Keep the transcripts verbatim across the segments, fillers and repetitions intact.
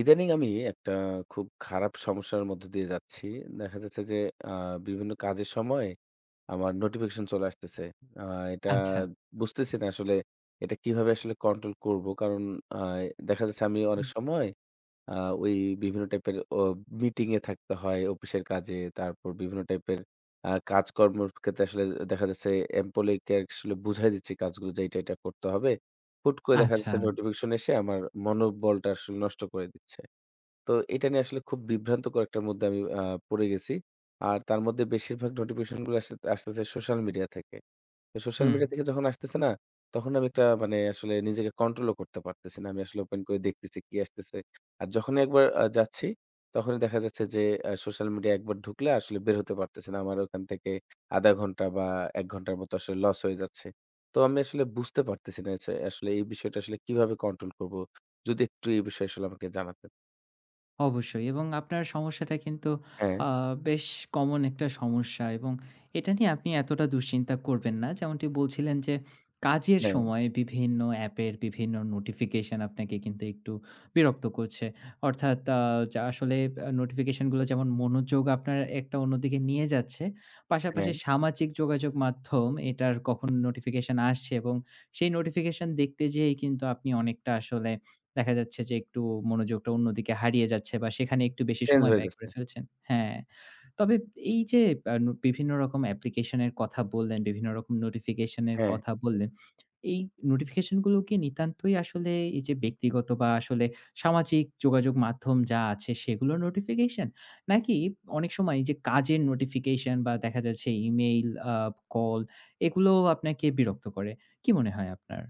ইদানিং আমি একটা খুব খারাপ সমস্যার মধ্য দিয়ে যাচ্ছি। দেখা যাচ্ছে যে আ বিভিন্ন কাজের সময় আমার নোটিফিকেশন চলে আসতেছে। আ এটা আচ্ছা। বুঝতেছি না আসলে এটা কিভাবে আসলে কন্ট্রোল করব। কারণ আ দেখা যাচ্ছে আমি হুম। অনেক সময় আ ওই বিভিন্ন টাইপের অ মিটিং এ থাকতে হয় অফিসের কাজে। তারপর বিভিন্ন টাইপের আ কাজকর্মের ক্ষেত্রে আসলে দেখা যাচ্ছে এমপ্লয়ি কে আসলে বুঝাই দিচ্ছি কাজগুলো যে এটা, এটা করতে হবে। হুট করে দেখা আচ্ছা। যাচ্ছে নোটিফিকেশন এসে আমার মনোবলটা আসলে নষ্ট করে দিচ্ছে। তো এটা নিয়ে আসলে খুব বিভ্রান্তকর একটার মধ্যে আমি আ পড়ে গেছি। আর তার মধ্যে বেশিরভাগ নোটিফিকেশন গুলো আসতে আসতেছে সোশ্যাল মিডিয়া থেকে। তো সোশ্যাল হুম। মিডিয়া থেকে যখন আসতেছে না, তখন আমি একটা মানে আসলে নিজেকে কন্ট্রোলও করতে পারতেছি না। আমি আসলে ওপেন করে দেখতেছি কি আসতেছে। আর যখনই একবার আ যাচ্ছি, তখনই দেখা যাচ্ছে যে আ সোশ্যাল মিডিয়া একবার ঢুকলে আসলে বের হতে পারতেছি না। আমার ওখান থেকে আধা ঘন্টা বা এক ঘন্টার মতো আসলে লস হয়ে যাচ্ছে। তো আমি আসলে বুঝতে পারতেছি না যে আসলে এই বিষয়টা আসলে কিভাবে কন্ট্রোল করব? যদি একটু এই বিষয়ে আসলে আমাকে জানাতেন। অবশ্যই এবং আপনার সমস্যাটা কিন্তু হ্যাঁ। আ বেশ কমন একটা সমস্যা। এবং এটা নিয়ে আপনি এতটা দুশ্চিন্তা করবেন না। যেমনটি বলছিলেন যে, কাজের হ্যাঁ, সময় বিভিন্ন অ্যাপের বিভিন্ন নোটিফিকেশন আপনাকে কিন্তু একটু বিরক্ত করছে। অর্থাৎ আ যা আসলে আ নোটিফিকেশনগুলো যেমন মনোযোগ আপনার একটা অন্যদিকে নিয়ে যাচ্ছে, পাশাপাশি হ্যাঁ, সামাজিক যোগাযোগ মাধ্যম এটার কখন নোটিফিকেশন আসছে এবং সেই নোটিফিকেশন দেখতে যেয়েই কিন্তু আপনি অনেকটা আসলে দেখা যাচ্ছে যে একটু মনোযোগটা অন্যদিকে হারিয়ে যাচ্ছে বা সেখানে একটু বেশি চেঞ্জ সময় হয়ে ব্যয় করে যাচ্ছে। ফেলছেন। হ্যাঁ। তবে এই যে আ ন বিভিন্ন রকম অ্যাপ্লিকেশনের কথা বললেন, বিভিন্ন রকম নোটিফিকেশন এর হ্যাঁ, কথা বললেন। এই নোটিফিকেশন গুলো কি নিতান্তই আসলে এই যে ব্যক্তিগত বা আসলে সামাজিক যোগাযোগ মাধ্যম যা আছে সেগুলোর নোটিফিকেশন? নাকি অনেক সময় এই যে কাজের নোটিফিকেশন বা দেখা যাচ্ছে ইমেইল, আ কল এগুলোও আপনাকে বিরক্ত করে? কি মনে হয় আপনার?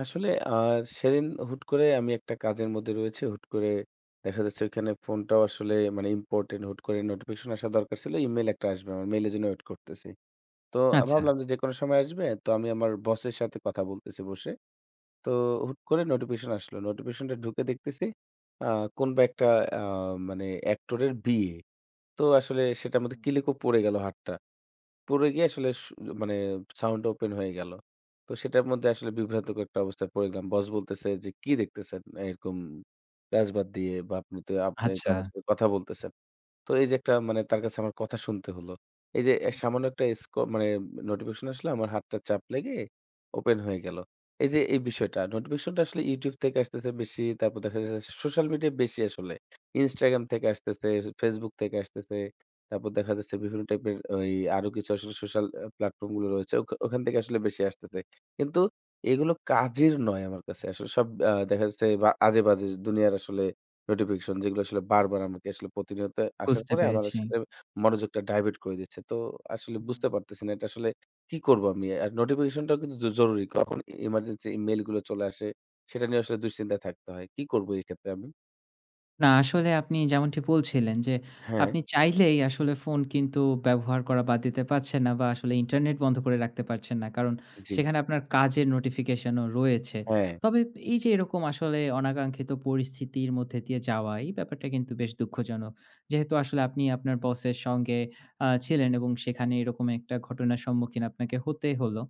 আসলে আ সেদিন হুট করে আমি একটা কাজের মধ্যে রয়েছি। হুট করে দেখা যাচ্ছে ওইখানে ফোনটাও আসলে মানে ইম্পোর্টেন্ট হুট করে নোটিফিকেশন আসা দরকার ছিল। ইমেইল একটা আসবে আমার। মেইলের জন্য ওয়েট করতেছি। তো আমি আচ্ছা। ভাবলাম যে যেকোনো সময় আসবে। তো আমি আমার বসের সাথে কথা বলতেছি বসে। তো হুট করে নোটিফিকেশন আসলো। নোটিফিকেশনটা ঢুকে দেখতেছি আ কোনবা একটা আ মানে অ্যাক্টরের বিয়ে। তো আসলে সেটার মধ্যে ক্লিকও পড়ে গেল হাতটা। পড়ে গিয়ে আসলে সু মানে সাউন্ড ওপেন হয়ে গেল। তো সেটার মধ্যে আসলে বিভ্রান্তকর একটা অবস্থায় পড়ে গেলাম। বস বলতেছে যে, "কি দেখতেছেন এরকম রাজবাদ দিয়ে বা আপনি তো আপনি তো আচ্ছা। আমার সাথে কথা বলতেছেন।" তো এই যে একটা মানে তার কাছে আমার কথা শুনতে হলো। এই যে এ সামান্য একটা স্ক মানে নোটিফিকেশন আসলে আমার হাতটা চাপ লেগে ওপেন হয়ে গেল। এই যে এই বিষয়টা নোটিফিকেশনটা আসলে YouTube থেকে আসতেছে বেশি, তারপর দেখা যাচ্ছে সোশ্যাল মিডিয়া বেশি আসলে। Instagram থেকে আসতেছে, Facebook থেকে আসতেছে। তারপর দেখা যাচ্ছে বিভিন্ন টাইপের ওই আরো কিছু আসলে সোশ্যাল আ প্ল্যাটফর্ম গুলো রয়েছে। ওখ ওখান থেকে আসলে বেশি আসতেছে। কিন্তু এগুলো কাজের নয় আমার কাছে। আসলে সব আ দেখা যাচ্ছে বা আজেবাজে দুনিয়ার আসলে নোটিফিকেশন যেগুলো আসলে বারবার আমাকে আসলে প্রতিনিয়ত আসার বুঝতে পরে আমার পেরেছি। আসলে মনোযোগটা ডাইভার্ট করে দিচ্ছে। তো আসলে হুম। বুঝতে পারতেছি না এটা আসলে কি করবো আমি? আর নোটিফিকেশনটাও কিন্তু জ জরুরি। কখন ইমার্জেন্সি মেইল গুলো চলে আসে সেটা নিয়ে আসলে দুশ্চিন্তায় থাকতে হয়। কি করবো এক্ষেত্রে আমি? না আসলে আপনি যেমনটি বলছিলেন যে, হ্যাঁ, আপনি চাইলেই আসলে ফোন কিন্তু ব্যবহার করা বাদ দিতে পারছেন না বা আসলে ইন্টারনেট বন্ধ করে রাখতে পারছেন না। কারণ জি। সেখানে আপনার কাজের নোটিফিকেশনও রয়েছে। হ্যাঁ, তবে এই যে এরকম আসলে অনাকাঙ্ক্ষিত পরিস্থিতির মধ্যে দিয়ে যাওয়া, এই ব্যাপারটা কিন্তু বেশ দুঃখজনক। যেহেতু আসলে আপনি আপনার বসের সঙ্গে আ ছিলেন এবং সেখানে এরকম একটা ঘটনার সম্মুখীন আপনাকে হতে হলো।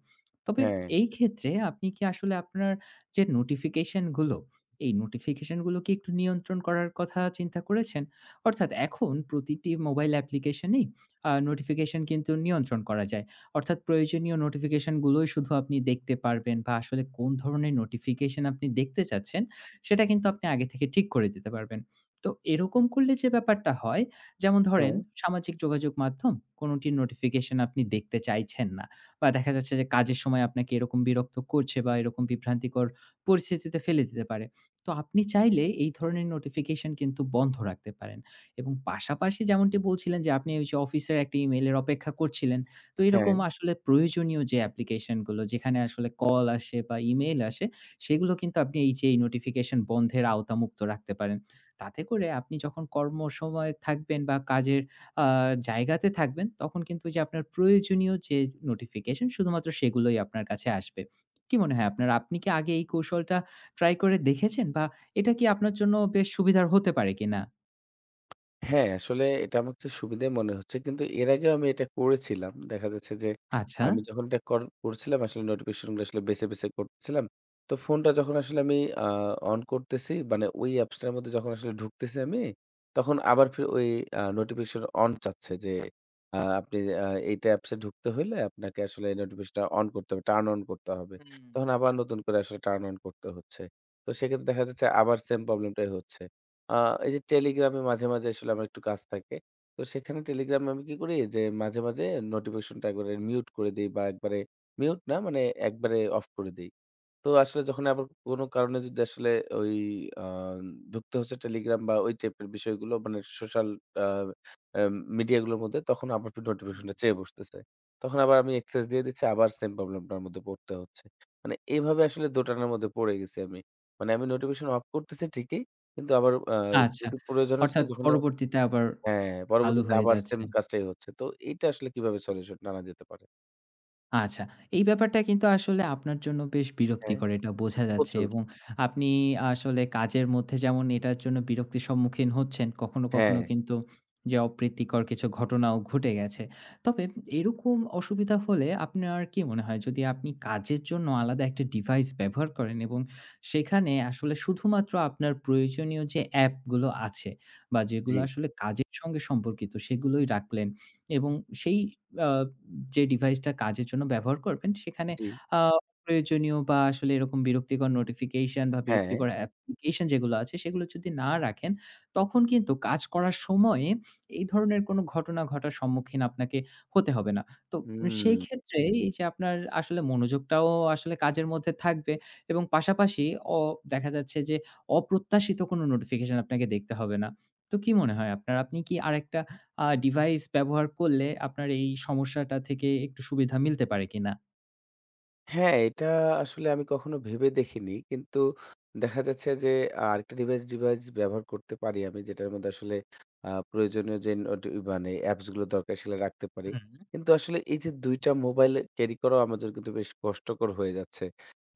তবে হ্যাঁ, এই ক্ষেত্রে আপনি কি আসলে আপনার যে নোটিফিকেশন গুলো এই নোটিফিকেশনগুলো কি একটু নিয়ন্ত্রণ করার কথা চিন্তা করেছেন? অর্থাৎ এখন প্রতিটি মোবাইল অ্যাপ্লিকেশনেই আ নোটিফিকেশন কিন্তু নিয়ন্ত্রণ করা যায়। অর্থাৎ প্রয়োজনীয় নোটিফিকেশনগুলোই শুধু আপনি দেখতে পারবেন বা আসলে কোন ধরনের নোটিফিকেশন আপনি দেখতে চাচ্ছেন, সেটা কিন্তু আপনি আগে থেকে ঠিক করে দিতে পারবেন। তো এরকম করলে যে ব্যাপারটা হয়, যেমন ধরেন হ্যাঁ, সামাজিক যোগাযোগ মাধ্যম কোনোটির নোটিফিকেশন আপনি দেখতে চাইছেন না বা দেখা যাচ্ছে যে কাজের সময় আপনাকে এরকম বিরক্ত করছে বা এরকম বিভ্রান্তিকর পরিস্থিতিতে ফেলে দিতে পারে। তো আপনি চাইলে এই ধরনের নোটিফিকেশন কিন্তু বন্ধ রাখতে পারেন এবং পাশাপাশি যেমনটি বলছিলেন যে আপনি ওই যে অফিসের একটা ইমেইলের অপেক্ষা করছিলেন। তো হ্যাঁ। এরকম আসলে প্রয়োজনীয় যে অ্যাপ্লিকেশনগুলো যেখানে আসলে কল আসে বা ইমেইল আসে, সেগুলো কিন্তু আপনি এই যে এই নোটিফিকেশন বন্ধের আওতামুক্ত রাখতে পারেন। তাতে করে আপনি যখন কর্মসময়ে থাকবেন বা কাজের আ জায়গাতে থাকবেন, তখন কিন্তু ওই যে আপনার প্রয়োজনীয় যে নোটিফিকেশন শুধুমাত্র সেগুলোই আপনার কাছে আসবে। কি মনে হয় আপনার? আপনি কি আগে এই কৌশলটা ট্রাই করে দেখেছেন? বা এটা কি আপনার জন্য বেশ সুবিধার হতে পারে কিনা? হ্যাঁ, আসলে এটা আমার কাছে সুবিধে মনে হচ্ছে। কিন্তু এর আগেও আমি এটা করেছিলাম। দেখা যাচ্ছে যে আচ্ছা। আমি যখন এটা কর করছিলাম আসলে নোটিফিকেশন গুলো আসলে বেছে, বেছে করতেছিলাম। তো ফোনটা যখন আসলে আমি আ অন করতেছি মানে ওই অ্যাপসটার মধ্যে যখন আসলে ঢুকতেছি আমি, তখন আবার ফির ওই আ নোটিফিকেশন অন চাচ্ছে যে আ আপনি আ এইটা অ্যাপসে ঢুকতে হইলে আপনাকে আসলে নোটিফিকেশনটা অন করতে হবে, টার্ন অন করতে হবে। হুম, তখন আবার নতুন করে আসলে টার্ন অন করতে হচ্ছে। তো সেক্ষেত্রে দেখা যাচ্ছে আবার সেম প্রবলেমটাই হচ্ছে। আ এই যে টেলিগ্রামে মাঝে, মাঝে আসলে আমার একটু কাজ থাকে। তো সেখানে টেলিগ্রামে আমি কি করি যে মাঝে, মাঝে নোটিফিকেশনটা একবারে মিউট করে দেই বা একবারে মিউট না মানে একবারে অফ করে দেই। তো আসলে যখন আবার কোনো কারণে যদি আসলে ওই আ ঢুকতে হচ্ছে টেলিগ্রাম বা ওই টাইপের বিষয়গুলো মানে সোশ্যাল আ আ মিডিয়া গুলোর মধ্যে তখন আবার একটু হুম। নোটিফিকেশনটা চেয়ে বসতেছে। তখন আবার আমি এক্সেস দিয়ে দিচ্ছি আবার সেম প্রবলেমটার মধ্যে পড়তে হচ্ছে। মানে এভাবে আসলে দোটানার মধ্যে পড়ে গেছি আমি। মানে আমি নোটিফিকেশন অফ করতেছি ঠিকই কিন্তু আবার আ আচ্ছা। যদি প্রয়োজন হচ্ছে অর্থাৎ যখন পরবর্তীতে আবার হ্যাঁ, আলু পরবর্তীতে হয়ে আবার যাচ্ছে। সেম কাজটাই হচ্ছে। তো এইটা আসলে কিভাবে সলিউশন আনা যেতে পারে? আচ্ছা। এই ব্যাপারটা কিন্তু আসলে আপনার জন্য বেশ হ্যাঁ, বিরক্তিকর এটা বোঝা যাচ্ছে প্রচুর। এবং আপনি আসলে কাজের মধ্যে যেমন এটার জন্য বিরক্তির সম্মুখীন হচ্ছেন, কখনো, হ্যাঁ, কখনো কিন্তু যে অপ্রীতিকর কিছু ঘটনাও ঘটে গেছে। তবে এরকম অসুবিধা হলে আপনার কি মনে হয় যদি আপনি কাজের জন্য আলাদা একটা ডিভাইস ব্যবহার করেন এবং সেখানে আসলে শুধুমাত্র আপনার প্রয়োজনীয় যে অ্যাপগুলো আছে বা যেগুলো জি, আসলে কাজের সঙ্গে সম্পর্কিত সেগুলোই রাখলেন এবং সেই আ যে ডিভাইসটা কাজের জন্য ব্যবহার করবেন সেখানে জি, আ অপ্রয়োজনীয় বা আসলে এরকম বিরক্তিকর নোটিফিকেশন বা হ্যাঁ। বিরক্তিকর অ্যাপ্লিকেশন যেগুলো আছে সেগুলো যদি না রাখেন, তখন কিন্তু কাজ করার সময়ে এই ধরনের কোনো ঘটনা ঘটার সম্মুখীন আপনাকে হতে হবে না। তো উম, হুম। সেই ক্ষেত্রে এই যে আপনার আসলে মনোযোগটাও আসলে কাজের মধ্যে থাকবে এবং পাশাপাশি অ দেখা যাচ্ছে যে অপ্রত্যাশিত কোনো নোটিফিকেশন আপনাকে দেখতে হবে না। তো কি মনে হয় আপনার? আপনি কি আরেকটা আ ডিভাইস ব্যবহার করলে আপনার এই সমস্যাটা থেকে একটু সুবিধা মিলতে পারে কিনা? হ্যাঁ, এটা আসলে আমি কখনো ভেবে দেখিনি। কিন্তু দেখা যাচ্ছে যে আ আরেকটা ডিভাইস ডিভাইস ব্যবহার করতে পারি আমি যেটার মধ্যে আসলে আ প্রয়োজনীয় যে নোটি মানে অ্যাপস গুলো দরকার সেগুলো রাখতে পারি। হুম। কিন্তু আসলে এই যে দুই টা মোবাইল ক্যারি করাও আমার জন্য কিন্তু বেশ কষ্টকর হয়ে যাচ্ছে।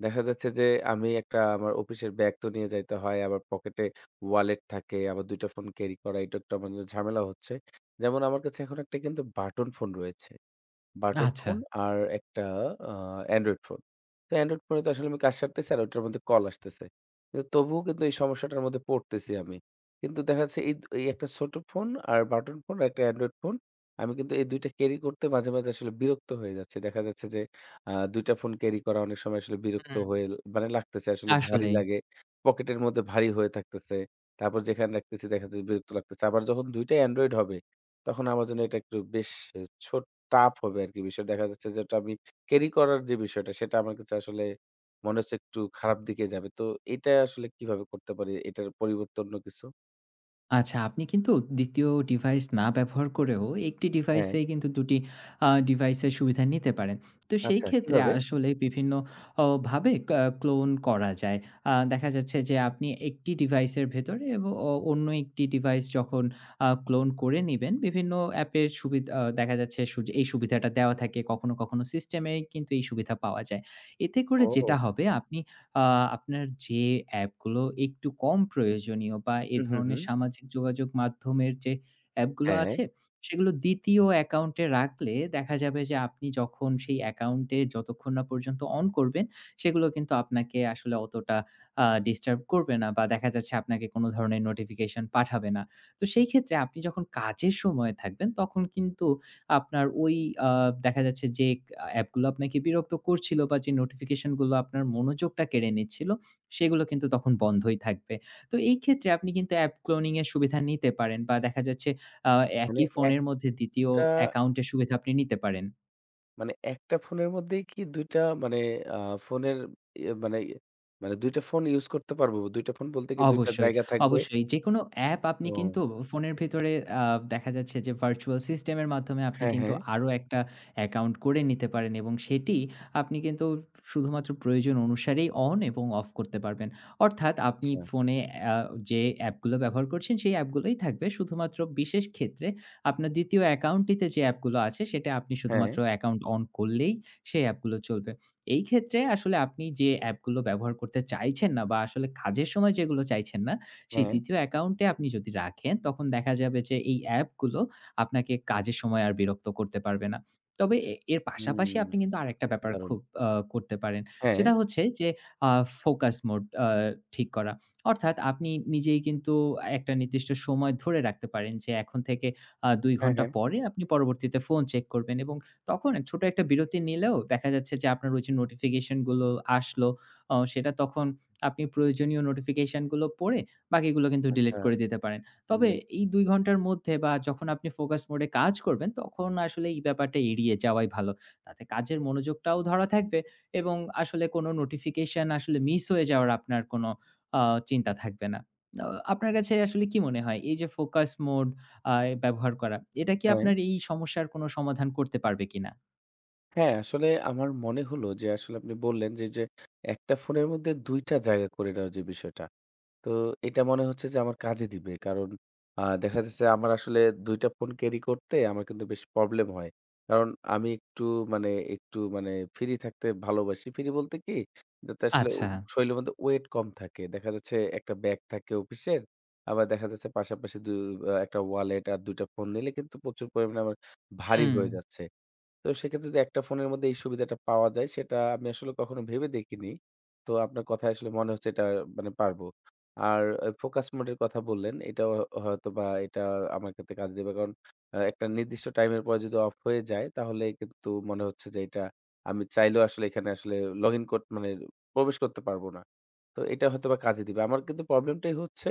দেখা যাচ্ছে যে আমি একটা আমার অফিসের ব্যাগ তো নিয়ে যাইতে হয়, আবার পকেটে ওয়ালেট থাকে, আবার দুই টা ফোন ক্যারি করা এটা একটু আমার জন্য ঝামেলা হচ্ছে। যেমন আমার কাছে এখন একটা কিন্তু বাটন ফোন রয়েছে। বাটন আচ্ছা। ফোন আর একটা আ অ্যান্ড্রয়েড ফোন। তো অ্যান্ড্রয়েড ফোনে তো আসলে আমি কাজ সারতেছি আর ওটার মধ্যে কল আসতেছে। কিন্তু তবুও কিন্তু এই সমস্যাটার মধ্যে পড়তেছি আমি। কিন্তু দেখা যাচ্ছে এই, এই একটা ছোট ফোন আর বাটন ফোন আর একটা অ্যান্ড্রয়েড ফোন। আমি কিন্তু এই দুই টা ক্যারি করতে মাঝে, মাঝে আসলে বিরক্ত হয়ে যাচ্ছি। দেখা যাচ্ছে যে আ দুই টা ফোন ক্যারি করা অনেক সময় আসলে বিরক্ত হুম। হয়ে মানে লাগতেছে আসলে ভারী আসলেই। লাগে। পকেটের মধ্যে ভারী হয়ে থাকতেছে। তারপর যেখানে রাখতেছি দেখা যাচ্ছে বিরক্ত লাগতেছে। আবার যখন দুই টাই অ্যান্ড্রয়েড হবে তখন আমার জন্য এটা একটু বেশ ছোট টাফ হবে আরকি বিষয়টা। দেখা যাচ্ছে যে ওটা আমি ক্যারি করার যে বিষয়টা সেটা আমার কাছে আসলে মনে হচ্ছে একটু খারাপ দিকে যাবে। তো এটা আসলে কিভাবে করতে পারি? এটার পরিবর্তে অন্য কিছু? আচ্ছা, আপনি কিন্তু দ্বিতীয় ডিভাইস না ব্যবহার করেও একটি হ্যাঁ, ডিভাইসেই কিন্তু দুই টি আ ডিভাইসের সুবিধা নিতে পারেন। তো সেই আচ্ছা ক্ষেত্রে কিভাবে? আসলে বিভিন্ন অ ভাবে ক্যা ক্লোন করা যায়। আ দেখা যাচ্ছে যে আপনি একটি ডিভাইসের ভেতরে এব অ অন্য একটি ডিভাইস যখন আ ক্লোন করে নিবেন, বিভিন্ন অ্যাপের সুবিধ আ দেখা যাচ্ছে সুয এই সুবিধাটা দেওয়া থাকে। কখনো, কখনো সিস্টেমে কিন্তু এই সুবিধা পাওয়া যায়। এতে করে যেটা ও! হবে আপনি আ আপনার যে অ্যাপগুলো একটু কম প্রয়োজনীয় বা এ হুম, হুম, ধরনের হুম। সামাজিক যোগাযোগ মাধ্যমের যে অ্যাপগুলো হ্যাঁ, আছে, সেগুলো দ্বিতীয় অ্যাকাউন্টে রাখলে দেখা যাবে যে আপনি যখন সেই অ্যাকাউন্টে যতক্ষণ না পর্যন্ত অন করবেন, সেগুলো কিন্তু আপনাকে আসলে অতটা আ ডিস্টার্ব করবে না বা দেখা যাচ্ছে আপনাকে কোনো ধরনের নোটিফিকেশন পাঠাবে না। তো সেই ক্ষেত্রে আপনি যখন কাজের সময়ে থাকবেন, তখন কিন্তু আপনার ওই আ দেখা যাচ্ছে যে আ অ্যাপগুলো আপনাকে বিরক্ত করছিল বা যে নোটিফিকেশন গুলো আপনার মনোযোগটা কেড়ে নিচ্ছিল, সেগুলো কিন্তু তখন বন্ধই থাকবে। তো এই ক্ষেত্রে আপনি কিন্তু অ্যাপ ক্লোনিং এর সুবিধা নিতে পারেন বা দেখা যাচ্ছে আ মানে একই ফোনের মধ্যে দ্বিতীয় একটা অ্যাকাউন্টের সুবিধা আপনি নিতে পারেন। মানে একটা ফোনের মধ্যেই কি দুই টা মানে আ ফোনের ইয়ে মানে ইয়ে মানে দুই টা ফোন ইউজ করতে পারবো? দুই টা ফোন বলতে কি দুই টা অবশ্যই, জায়গা থাকবে? অবশ্যই। যেকোনো অ্যাপ আপনি ও! কিন্তু ফোনের ভেতরে আ দেখা যাচ্ছে যে ভার্চুয়াল সিস্টেম এর মাধ্যমে আপনি হ্যাঁ, কিন্তু হ্যাঁ। আরো একটা অ্যাকাউন্ট করে নিতে পারেন এবং সেটি আপনি কিন্তু শুধুমাত্র প্রয়োজন অনুসারেই অন এবং অফ করতে পারবেন। অর্থাৎ আপনি আচ্ছা। ফোনে আ যে অ্যাপগুলো ব্যবহার করছেন সেই অ্যাপগুলোই থাকবে। শুধুমাত্র বিশেষ ক্ষেত্রে আপনার দ্বিতীয় অ্যাকাউন্টটিতে যে অ্যাপগুলো আছে সেটা আপনি হ্যাঁ, শুধুমাত্র অ্যাকাউন্ট অন করলেই সেই অ্যাপগুলো চলবে। এই ক্ষেত্রে আসলে আপনি যে অ্যাপগুলো ব্যবহার করতে চাইছেন না বা আসলে কাজের সময় যেগুলো চাইছেন না, সেই হ্যাঁ। দ্বিতীয় অ্যাকাউন্টে আপনি যদি রাখেন, তখন দেখা যাবে যে এই অ্যাপগুলো আপনাকে কাজের সময় আর বিরক্ত করতে পারবে না। তবে এ এর পাশাপাশি হুম, আপনি কিন্তু আরেকটা ব্যাপার দারুণ। খুব আ করতে পারেন। হ্যাঁ, সেটা হচ্ছে যে আ ফোকাস মোড আ ঠিক করা। অর্থাৎ আপনি নিজেই কিন্তু একটা নির্দিষ্ট সময় ধরে রাখতে পারেন যে এখন থেকে আ দুই হ্যাঁ, ঘন্টা হ্যাঁ। পরে আপনি পরবর্তীতে ফোন চেক করবেন এবং তখন ছোট একটা বিরতি নিলেও দেখা যাচ্ছে যে আপনার ওই যে নোটিফিকেশন গুলো আসলো, অ সেটা তখন আপনি প্রয়োজনীয় নোটিফিকেশন গুলো পড়ে বাকিগুলো কিন্তু ডিলিট আচ্ছা। করে দিতে পারেন। তবে হুম, এই দুই ঘন্টার মধ্যে বা যখন আপনি ফোকাস মোড এ কাজ করবেন, তখন আসলে এই ব্যাপারটা এড়িয়ে যাওয়াই ভালো। তাতে কাজের মনোযোগটাও ধরা থাকবে এবং আসলে কোনো নোটিফিকেশন আসলে মিস হয়ে যাওয়ার আপনার কোনো আ চিন্তা থাকবে না। আ আপনার কাছে আসলে কি মনে হয় এই যে ফোকাস মোড আ ব্যবহার করা। এটা কি হ্যাঁ। আপনার এই সমস্যার কোনো সমাধান করতে পারবে কিনা? হ্যাঁ, আসলে আমার মনে হলো যে আসলে আপনি বললেন যে, যে একটা ফোনের মধ্যে দুই টা জায়গা করে নেওয়ার যে বিষয়টা। তো এটা মনে হচ্ছে যে আমার কাজে দিবে। কারণ আ দেখা যাচ্ছে আমার আসলে দুই টা ফোন ক্যারি করতে আমার কিন্তু বেশ প্রবলেম হয়। কারণ আমি একটু মানে একটু মানে ফ্রি থাকতে ভালোবাসি। ফ্রি বলতে কি? যাতে আসলে ও আচ্ছা। শরীরের মধ্যে ওয়েট কম থাকে। দেখা যাচ্ছে একটা ব্যাগ থাকে অফিসের। আবার দেখা যাচ্ছে পাশাপাশি দু আ একটা ওয়ালেট আর দুই টা ফোন নিলে কিন্তু প্রচুর পরিমাণে আমার ভারী হুম, হয়ে যাচ্ছে। তো সেক্ষেত্রে যে একটা ফোনের মধ্যে এই সুবিধাটা পাওয়া যায় সেটা আমি আসলে কখনো ভেবে দেখিনি। তো আপনার কথায় আসলে মনে হচ্ছে এটা মানে পারবো। আর ফোকাস মোডের কথা বললেন এটাও হয়তোবা এটা আমার ক্ষেত্রে কাজে দিবে। কারণ আ একটা নির্দিষ্ট টাইমের পরে যদি অফ হয়ে যায় তাহলে কিন্তু মনে হচ্ছে যে এটা আমি চাইলেও আসলে এখানে আসলে লগ ইন কর মানে প্রবেশ করতে পারবো না। তো এটা হয়তোবা কাজে দিবে। আমার কিন্তু প্রবলেমটাই হচ্ছে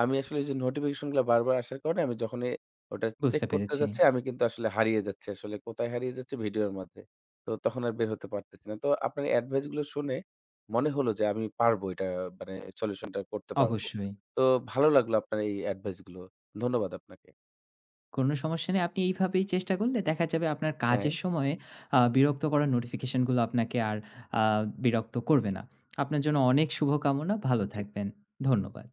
আমি আসলে ওই যে নোটিফিকেশন গুলা বারবার আসার কারণে আমি যখন এ ওটা চেক বুঝতে করতে পেরেছি। যাচ্ছি, আমি কিন্তু আসলে হারিয়ে যাচ্ছি। আসলে কোথায় হারিয়ে যাচ্ছি? ভিডিওর মাঝে। তো তখন আর বের হতে পারতেছি না। তো আপনার এডভাইস গুলো শুনে মনে হলো যে আমি পারবো এটা মানে সলিউশন টা করতে পারবো। অবশ্যই। তো ভালো লাগলো আপনার এই এডভাইস গুলো। ধন্যবাদ আপনাকে। কোনো সমস্যা নেই। আপনি এইভাবেই চেষ্টা করলে দেখা যাবে আপনার হ্যাঁ, কাজের সময়ে আ বিরক্ত করার নোটিফিকেশন গুলো আপনাকে আর আ বিরক্ত করবে না। আপনার জন্য অনেক শুভকামনা। ভালো জি। থাকবেন। ধন্যবাদ।